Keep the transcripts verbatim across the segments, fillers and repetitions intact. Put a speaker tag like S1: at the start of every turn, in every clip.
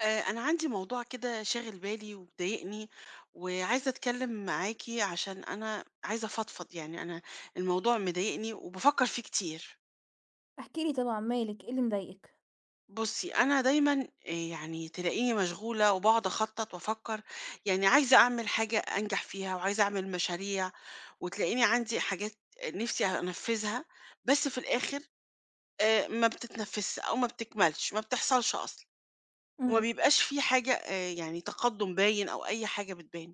S1: آه، أنا عندي موضوع كده شاغل بالي ومضايقني وعايزة أتكلم معاكي عشان أنا عايزة أفضفض، يعني أنا الموضوع مضايقني وبفكر فيه كتير.
S2: احكِ لي طبعًا مالِك، إيه اللي مضايقِك؟
S1: بصي، أنا دايما آه، يعني تلاقيني مشغولة وبقعد أخطط وأفكر، يعني عايزة أعمل حاجة أنجح فيها وعايزة أعمل مشاريع وتلاقيني عندي حاجات نفسي أنفذها، بس في الآخر آه، ما بتتنفذش أو ما بتكملش، ما بتحصلش أصلا، وما
S2: إمم.
S1: بيبقاش في حاجة آه، يعني تقدم باين أو أي حاجة بتبان.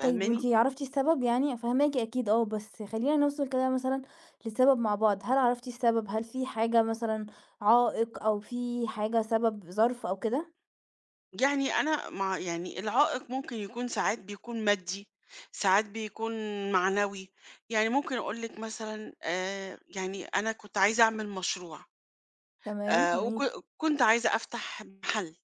S2: طيب وأنتِ عرفتِ السبب يعني؟ فاهماكِ أكيد آه، بس خلّينا نوصل كده مثلًا لسبب مع بعض، هل عرفتِ السبب؟ هل في حاجة مثلًا عائق أو في حاجة سبب ظرف أو كده؟
S1: يعني أنا مع، يعني العائق ممكن يكون، ساعات بيكون مادي، ساعات بيكون معنوي، يعني ممكن أقول لِك مثلًا آآ، يعني أنا كنت عايزة أعمل مشروع.
S2: تمام،
S1: آآ، وك
S2: جميل،
S1: كنت عايزة أفتح محل.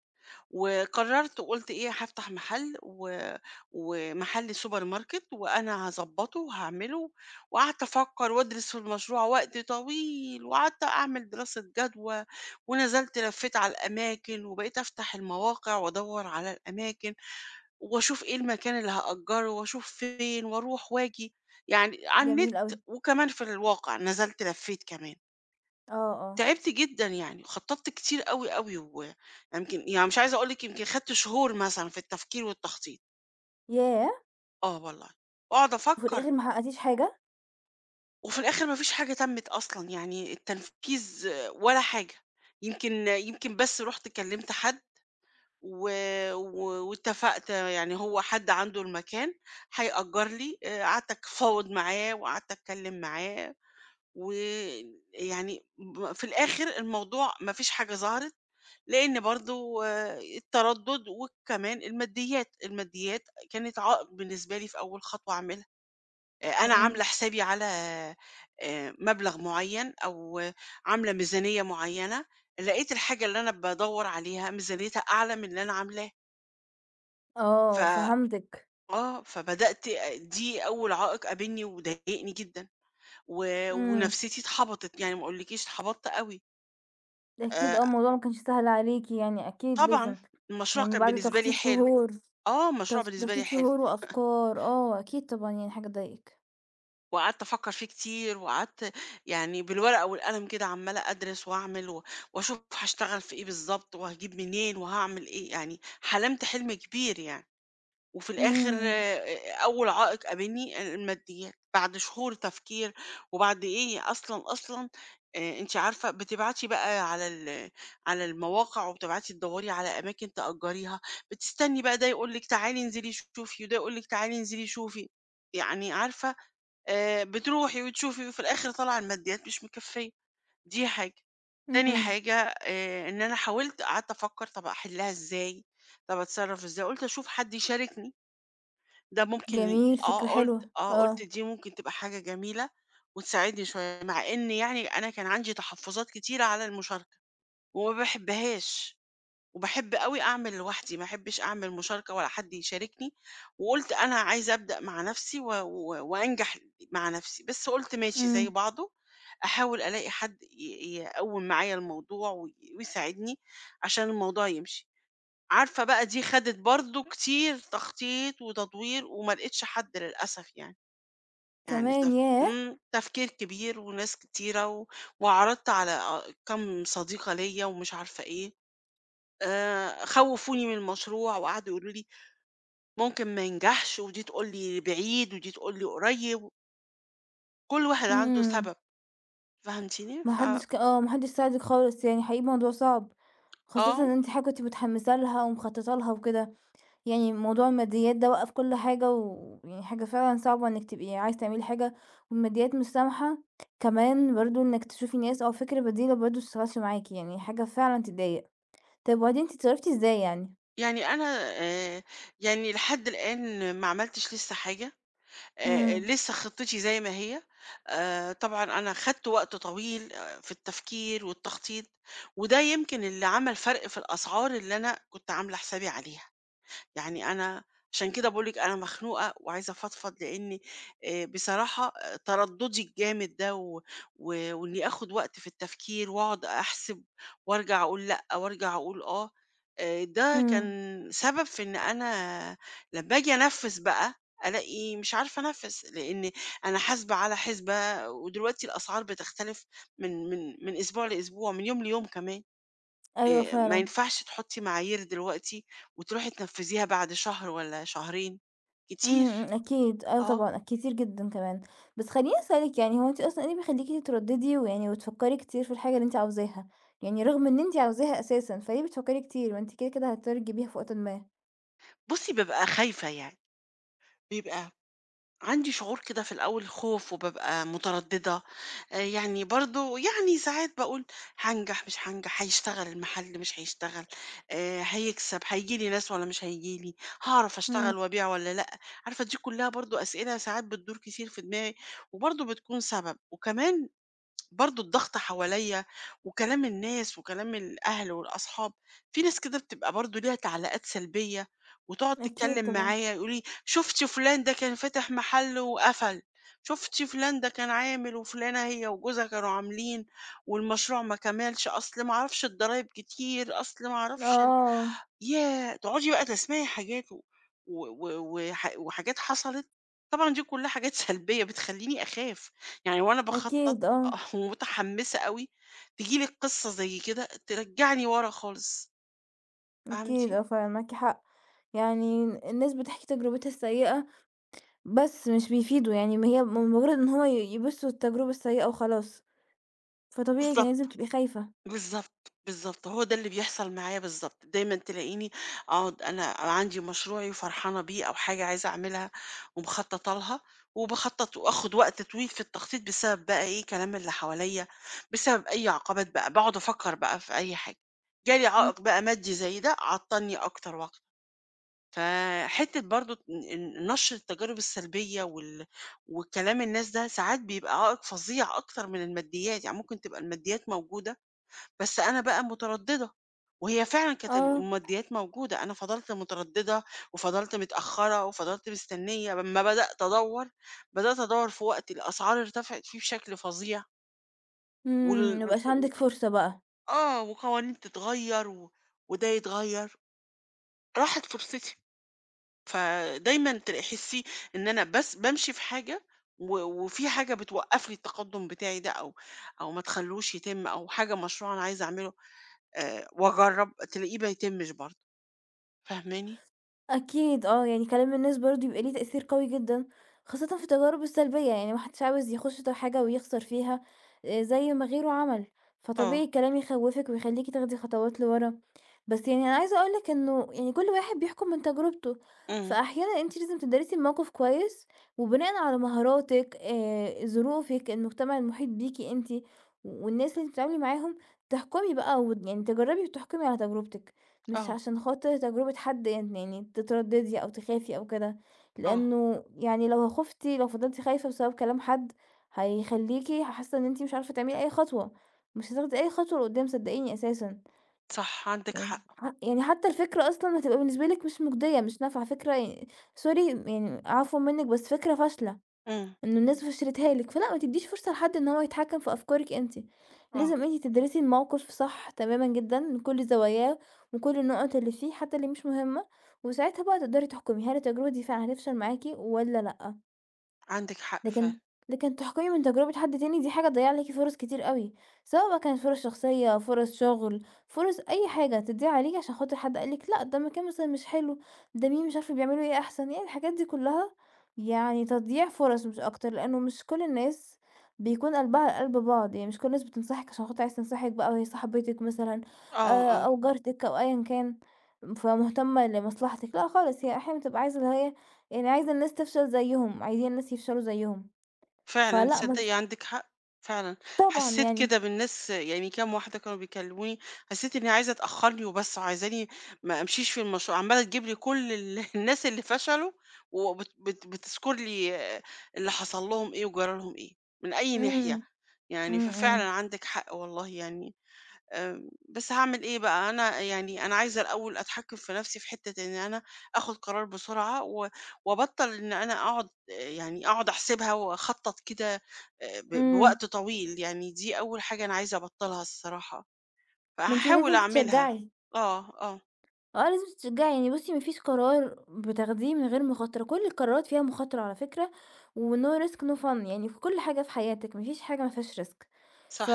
S1: وقررت وقُلت إيه، هافتح محل و ومحل سوبر ماركت، وأنا هاضبّطه وهاعمله، وقعدت أفكّر وأدرس في المشروع وقت طويل، وقعدت أعمل دراسة جدوى، ونزلت لفّيت على الأماكن، وبقيت أفتح المواقع وأدوّر على الأماكن، وأشوف إيه المكان اللي هأجّره، وأشوف فين، وأروح وآجي، يعني على
S2: جميل
S1: النت
S2: أوي،
S1: وكمان في الواقع، نزلت لفّيت كمان.
S2: آه، آه،
S1: تعبت جدًا يعني، خطّطت كتير أوي، أوي، ويمكن يعني مش عايزة أقول لِك، يمكن خدت شهور مثلًا في التفكير والتخطيط،
S2: ياه!
S1: آه والله، واقعد
S2: وفي
S1: أفكّر.
S2: الآخر ما حققتيش حاجة؟
S1: وفي الآخر ما فيش حاجة تمِّت أصلًا، يعني التنفيذ آه، ولا حاجة، يمكن يمكن بس رُحت كلّمت حد و و واتفقت، يعني هو حد عنده المكان هيأجّر لي، آآ قعدت أتفاوض معاه وقعدت أتكلّم معاه، ويعني ب في الآخر الموضوع ما فيش حاجة ظهرت، لإن برضه آآ التردُّد وكمان الماديات، الماديات كانت عائق بالنسبة لي في أول خطوة أعملها. آآ
S2: إمم،
S1: أنا عاملة
S2: إمم.
S1: حسابي على آآ مبلغ معيّن، أو آه، عاملة ميزانية معيّنة، لقيت الحاجة اللي أنا بادوّر عليها ميزانيتها أعلى من اللي أنا عاملاه. ف
S2: آه، فهمتِك،
S1: آه، فبدأت أ دي أول عائق قابلني وضايقني جدًا، و
S2: إمم،
S1: ونفسيتي اتحبطت، يعني ما أقولكيش اتحبطت أوي. آآ
S2: أكيد آه، الموضوع ما كانش سهل عليكِ يعني أكيد
S1: طبعًا،
S2: لازم،
S1: المشروع
S2: يعني
S1: كان
S2: بعد
S1: بالنسبة لي
S2: تخطيط
S1: حلو،
S2: شهور
S1: آه، المشروع
S2: تخ
S1: بالنسبة لي
S2: تخطيط
S1: حلو،
S2: شهور وأفكار، آه، أكيد طبعًا يعني حاجة تضايقِك.
S1: وقعدت أفكّر فيه كتير، وقعدت يعني بالورقة والقلم كده عمّالة أدرس وأعمل و وأشوف هاشتغل في إيه بالضبط، وهاجيب منين، وهاعمل إيه، يعني حلمت حلم كبير يعني. وفي الآخر
S2: إمم،
S1: آآ أول عائق قابلني الماديات، بعد شهور تفكير وبعد إيه أصلًا. أصلًا آآ أنتِ عارفة بتبعتي بقى على ال على المواقع وبتبعتي تدوّري على أماكن تأجّريها، بتستني بقى ده يقول لِك تعالي انزلي شوفي وده يقول لِك تعالي انزلي شوفي، يعني عارفة، آآ بتروحي وتشوفي وفي الآخر طالعة الماديات مش مكفّية، دي حاجة. تاني
S2: إمم،
S1: حاجة آآ إن أنا حاولت قعدت أفكّر، طَب أحلّها إزاي، طَب أتصرّف إزاي، قُلت أشوف حد يشاركني. ده ممكن ي
S2: جميل، فكرة
S1: آه، قُلت
S2: حلوة،
S1: آه، قُلت
S2: آه،
S1: دي ممكن تبقى حاجة جميلة وتساعدني شوية، مع إن يعني أنا كان عندي تحفُّظات كتيرة على المشاركة وما باحبهاش، وباحب أوي أعمل لوحدي، ما أحبّش أعمل مشاركة ولا حد يشاركني، وقُلت أنا عايزة أبدأ مع نَفْسي و و وأنجح مع نَفْسي، بس قُلت ماشي زي
S2: إمم،
S1: بعضه، أحاول ألاقي حد ي يقوِّم معايا الموضوع وي ويساعدني عشان الموضوع يمشي. عارفة بقى، دي خدت برضه كتير تخطيط وتدوير وما لقيتش حد للأسف يعني، يعني
S2: كمان
S1: تف
S2: ياه!
S1: إمم، تفكير كبير وناس كتيرة و وعرضت على أ كام صديقة ليّا ومش عارفة إيه، آآ خوّفوني من المشروع وقعدوا يقولوا لي: "ممكن ما ينجحش." ودي تقول لي بعيد ودي تقول لي قريب، كل واحد عنده
S2: إمم،
S1: سبب. فهمتيني؟
S2: ما
S1: ف
S2: حدش ك آه، ما حدش ساعدِك خالص، يعني حقيقي الموضوع صعب، خاصةً إن
S1: آه،
S2: أنتِ حاجة كنتِ متحمسة لها ومخططة لها وكده، يعني موضوع الماديات ده وقّف كل حاجة، ويعني حاجة فعلًا صعبة إنِك تبقي عايزة تعملي حاجة والماديات مش سامحة، كمان برضه إنِك تشوفي ناس أو فكرة بديلة برضه ما تشتغلش معاكِ، يعني حاجة فعلًا تضايق. طب وبعدين أنتِ اتصرفتِ إزاي يعني؟
S1: يعني أنا، آآ يعني لحد الآن ما عملتش لسه حاجة. آآ
S2: إمم،
S1: لسه خطتي زي ما هي، آآ طبعًا أنا خدت وقت طويل آآ في التفكير والتخطيط، وده يمكن اللي عمل فرق في الأسعار اللي أنا كنت عاملة حسابي عليها. يعني أنا عشان كده باقول لِك أنا مخنوقة وعايزة أفضفض، لإن آآ بصراحة تردُّدي الجامد ده و و وإني آخُد وقت في التفكير وأقعد أحسب وأرجع أقول لأ، وأرجع أقول آه، آآ ده
S2: إمم،
S1: كان سبب في إن أنا لمّا آجي أنفِّذ بقى، ألاقي مش عارفة أنفِّذ، لإن أنا حاسبة على حِسبة ودلوقتي الأسعار بتختلف من من من أسبوع لأسبوع، من يوم ليوم كمان.
S2: أيوه
S1: آآ ما
S2: فعلًا.
S1: ينفعش تحُطّي معايير دلوقتي وتروحي تنفّذيها بعد شهر والّا شهرين،
S2: إمم،
S1: كتير،
S2: إمم، أكيد، آه
S1: آه.
S2: طبعًا، كتير جدًا كمان. بس خلّيني أسألِك يعني هو أنتِ أصلًا إيه اللي بيخلّيكِ تتردّدي ويعني وتفكّري كتير في الحاجة اللي أنتِ عاوزاها؟ يعني رغم إن أنتِ عاوزاها أساسًا، فليه بتفكّري كتير؟ ما أنتِ كده، كده هتقدري تجيبيها في وقتٍ ما.
S1: بُصّي، بابقى خايفة يعني، بيبقى عندي شعور كده في الأول خوف وبابقى متردّدة، آآ يعني برضه يعني ساعات باقول هانجح، مش هانجح، هيشتغل المحل، مش هيشتغل، آآ هيكسب، هييجي لي ناس والّا مش هييجي لي، هاعرف
S2: إمم،
S1: أشتغل وأبيع والّا لأ. عارفة، دي كُلّها برضه أسئلة ساعات بتدور كتير في دماغي وبرضه بتكون سبب. وكمان برضه الضغط حواليّا وكلام الناس وكلام الأهل والأصحاب، في ناس كده بتبقى برضه ليها تعليقات سلبية وتقعد
S2: أكيد
S1: تتكلم
S2: طبعًا.
S1: معايا يقولوا لي: "شُفتِ فلان ده كان فاتح محل وقفل، شُفتِ فلان ده كان عامل، وفلانة هي وجوزها كانوا عاملين والمشروع ما كملش، أصل ما أعرفش الضرايب كتير، أصل ما أعرفش."
S2: آه،
S1: ياه! تقعدي بقى تسمعي حاجات و و و وح وحاجات حصلت، طبعًا دي كلها حاجات سلبية بتخلّيني أخاف، يعني وأنا باخطّط
S2: أكيد آه،
S1: آه، ومتحمسة أوي، تيجي لي قصة زي كده ترجّعني ورا خالص. فهمتِ؟
S2: أكيد آه فعلًا معاكِ حق. يعني الناس بتحكي تجربتها السيئة بس مش بيفيدوا، يعني ما هي مجرّد إن هو ي يبُصّوا للتجربة السيئة وخلاص، فطبيعي كان
S1: بالضبط.
S2: لازم تبقي خايفة.
S1: بالضبط، بالضبط، هو ده اللي بيحصل معايا بالضبط، دايمًا تلاقيني أقعد أنا عندي مشروعي وفرحانة بيه أو حاجة عايزة أعملها ومخطّطة لها، وباخطّط وآخد وقت طويل في التخطيط بسبب بقى إيه، كلام اللي حواليّا، بسبب أي عقبات بقى، باقعد أفكّر بقى في أي حاجة، جالي
S2: إمم،
S1: عائق بقى مادي زي ده عطّلني أكتر وأكتر، فحتّة برضه ن نشر التجارب السلبية وال وكلام الناس ده ساعات بيبقى عائق فظيع أكتر من الماديات، يعني ممكن تبقى الماديات موجودة بس أنا بقى مترددة، وهي فعلًا كانت
S2: آه،
S1: الماديات موجودة، أنا فضلت مترددة، وفضلت متأخرة، وفضلت مستنية، لمّا بدأت أدوّر، بدأت أدوّر في وقت الأسعار ارتفعت فيه بشكل فظيع،
S2: إمم،
S1: وال
S2: ما بقاش عندِك
S1: وك
S2: فرصة بقى.
S1: آه، وقوانين تتغيّر، و وده يتغيّر، راحت فرصتي، فدايمًا تل احسّي إن أنا بس بامشي في حاجة، و وفي حاجة بتوقّف لي التقدُّم بتاعي ده، أو أو ما تخلّوش يتم، أو حاجة مشروع أنا عايزة أعمله آآ، وأجرّب، تلاقيه ما يتمش برضه. فاهماني؟
S2: أكيد آه، يعني كلام الناس برضه بيبقى ليه تأثير قوي جدًا، خاصةً في التجارب السلبية، يعني ما حدش عاوز يخش في حاجة ويخسر فيها آآ، زي ما غيره عمل،
S1: آه.
S2: فطبيعي الكلام يخوّفِك ويخلّيكِ تاخدي خطوات لورا، بس يعني أنا عايزة أقول لِك إنه يعني كل واحد بيحكم من تجربته،
S1: إمم.
S2: فأحيانًا أنتِ لازم تدرسي الموقف كويس، وبناءً على مهاراتِك آآ، ظروفِك، المجتمع المحيط بيكِ أنتِ، والناس اللي أنتِ بتتعاملي معاهم، تحكمي بقى وت يعني تجربي وتحكمي على تجربتِك. مش
S1: آه.
S2: عشان خاطر تجربة حد يعني يعني تترددي أو تخافي أو كده،
S1: آه.
S2: لإنه يعني لو خُفتِ لو فضلتِ خايفة بسبب كلام حد، هيخلّيكِ حاسة إن أنتِ مش عارفة تعملي أي خطوة، مش هتاخدي أي خطوة لقدّام صدقيني أساسًا،
S1: صح عندِك
S2: يعني
S1: حق.
S2: ح يعني حتى الفكرة أصلًا هتبقى بالنسبة لِك مش مُجدية، مش نافعة، فكرة ي sorry يعني عفوًا منِّك بس فكرة فاشلة.
S1: إمم.
S2: إنه الناس بشرتها لِك، فلأ ما تدّيش فرصة لحد إن هو يتحكّم في أفكارِك أنتِ،
S1: آه.
S2: لازم أنتِ تدرسي الموقف صح تمامًا جدًا من كل زواياه، من كل النُقَط اللي فيه حتى اللي مش مهمة، وساعتها بقى تقدري تحكمي هل التجربة دي فعلًا هتفشل معاكِ والّا لأ.
S1: عندِك حق فعلًا.
S2: لكن لكن تحكمي من تجربة حد تاني دي حاجة تضيّع عليكِ فرص كتير أوي، سواء بقى كانت فرص شخصية، فرص شغل، فرص أي حاجة تضيع عليكِ عشان خاطر حد قال لِك لأ، ده مكان مثلًا مش حلو، ده مين مش عارفة بيعملوا إيه أحسن، يعني الحاجات دي كلها يعني تضييع فرص مش أكتر، لأنه مش كل الناس بيكون قلبها على قلب بعض، يعني مش كل الناس بتنصحِك عشان خاطر عايزة تنصحِك بقى وهي صاحبتِك مثلًا
S1: آه.
S2: آآ،
S1: آه.
S2: أو جارتِك أو أيًا كان، فمهتمة لمصلحتِك، لأ خالص، هي أحيانًا بتبقى عايزة اللي هي يعني عايزة الناس تفشل زيّهم، عايزين الناس يفشلوا زيّهم.
S1: فعلًا
S2: فلأ ما أنتِ
S1: تصدقي عندِك حق. فعلًا
S2: طبعًا
S1: حسيت
S2: يعني
S1: كده بالناس، يعني كام واحدة كانوا بيكلموني، حسيت إن هي عايزة تأخرني وبس، وعايزاني ما أمشيش في المشروع، عمالة تجيب لي كل ال الناس اللي فشلوا، وبت بت بتذكر لي آه، اللي حصل لهم إيه وجرى لهم إيه، من أي ناحية،
S2: إمم،
S1: يعني
S2: إمم،
S1: ففعلًا
S2: إمم،
S1: عندِك حق والله يعني. آآ، بس هاعمل إيه بقى، أنا يعني أنا عايزة الأول أتحكم في نفسي في حتة إن أنا آخد قرار بسرعة و وأبطّل إن أنا أقعد آه، يعني أقعد أحسبها وأخطط كده آآ، ب
S2: إمم،
S1: بوقت طويل، يعني دي أول حاجة أنا عايزة أبطّلها الصراحة،
S2: ما أنتِ
S1: فهاحاول
S2: لازم
S1: أعملها.
S2: تتشجّعي.
S1: آه. آه.
S2: آه، لازم تتشجّعي، يعني بُصّي ما فيش قرار بتاخديه من غير مخاطرة، كل القرارات فيها مخاطرة على فكرة وno risk no fun يعني في كل حاجة في حياتِك، ما فيش حاجة ما فيهاش risk ف
S1: صح.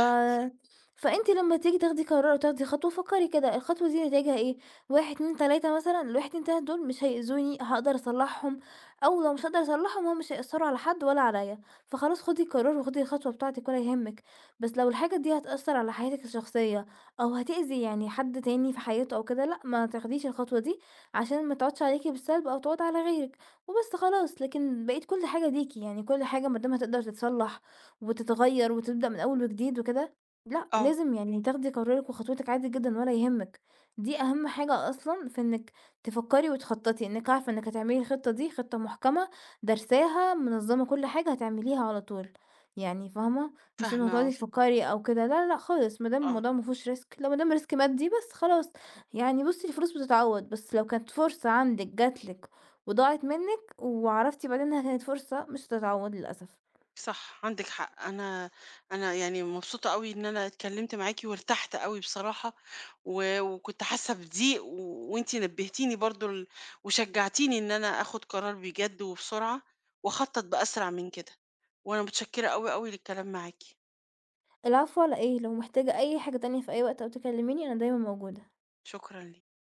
S2: فأنتِ لمّا تيجي تاخدي قرار أو تاخدي خطوة فكّري كده الخطوة دي نتايجها إيه، واحد، اتنين، تلاتة مثلًا، ال1، اتنين، تلاتة دول مش هيأذوني، هاقدر أصلّحهم أو لو مش هاقدر أصلّحهم هُم مش هيأثّروا على حد ولا عليّا، فخلاص خُدي القرار وخُدي الخطوة بتاعتِك ولا يهمِّك، بس لو الحاجة دي هتأثّر على حياتِك الشخصية أو هتأذي يعني حد تاني في حياته أو كده لأ، ما تاخديش الخطوة دي، عشان ما تقعدش عليكِ بالسلب أو تعود على غيرِك، وبس خلاص. لكن بقيت كل حاجة ليكِ، يعني كل حاجة ما دام هتقدر تتصلّح وتتغيّر وتبدأ من أول وجديد وكده، لأ
S1: آه.
S2: لازم يعني تاخدي قرارِك وخطوتِك عادي جدًا ولا يهمِّك. دي أهم حاجة أصلًا في إنِّك تفكّري وتخطّطي، إنِّك عارفة إنِّك هتعملي الخطة دي، خطة محكمة، دارساها، منظّمة كل حاجة، هتعمليها على طول، يعني فاهمة؟ مش إنه
S1: فاهمة.
S2: هتقعدي
S1: آه.
S2: تفكّري أو كده، لا، لا، لأ خالص، ما دام
S1: آه.
S2: الموضوع ما فيهوش risk لو ما دام risk مادي بس خلاص، يعني بُصّي الفلوس بتتعوّض، بس لو كانت فرصة عندِك جات لك وضاعت منِّك وعرفتِ بعدين إنها كانت فرصة مش هتتعوّض للأسف.
S1: صح عندك حق. انا، انا يعني مبسوطه قوي ان انا اتكلمت معاكي وارتحت قوي بصراحه، و... وكنت حاسه بضيق و... وانتي نبهتيني برضو ال... وشجعتيني ان انا اخد قرار بجد وبسرعه واخطط باسرع من كده، وانا متشكره قوي قوي للكلام معاكي.
S2: العفو على إيه؟ لو محتاجة أي حاجة تانية في أي وقت أو تكلميني أنا دايمًا موجودة.
S1: شكرا ليك.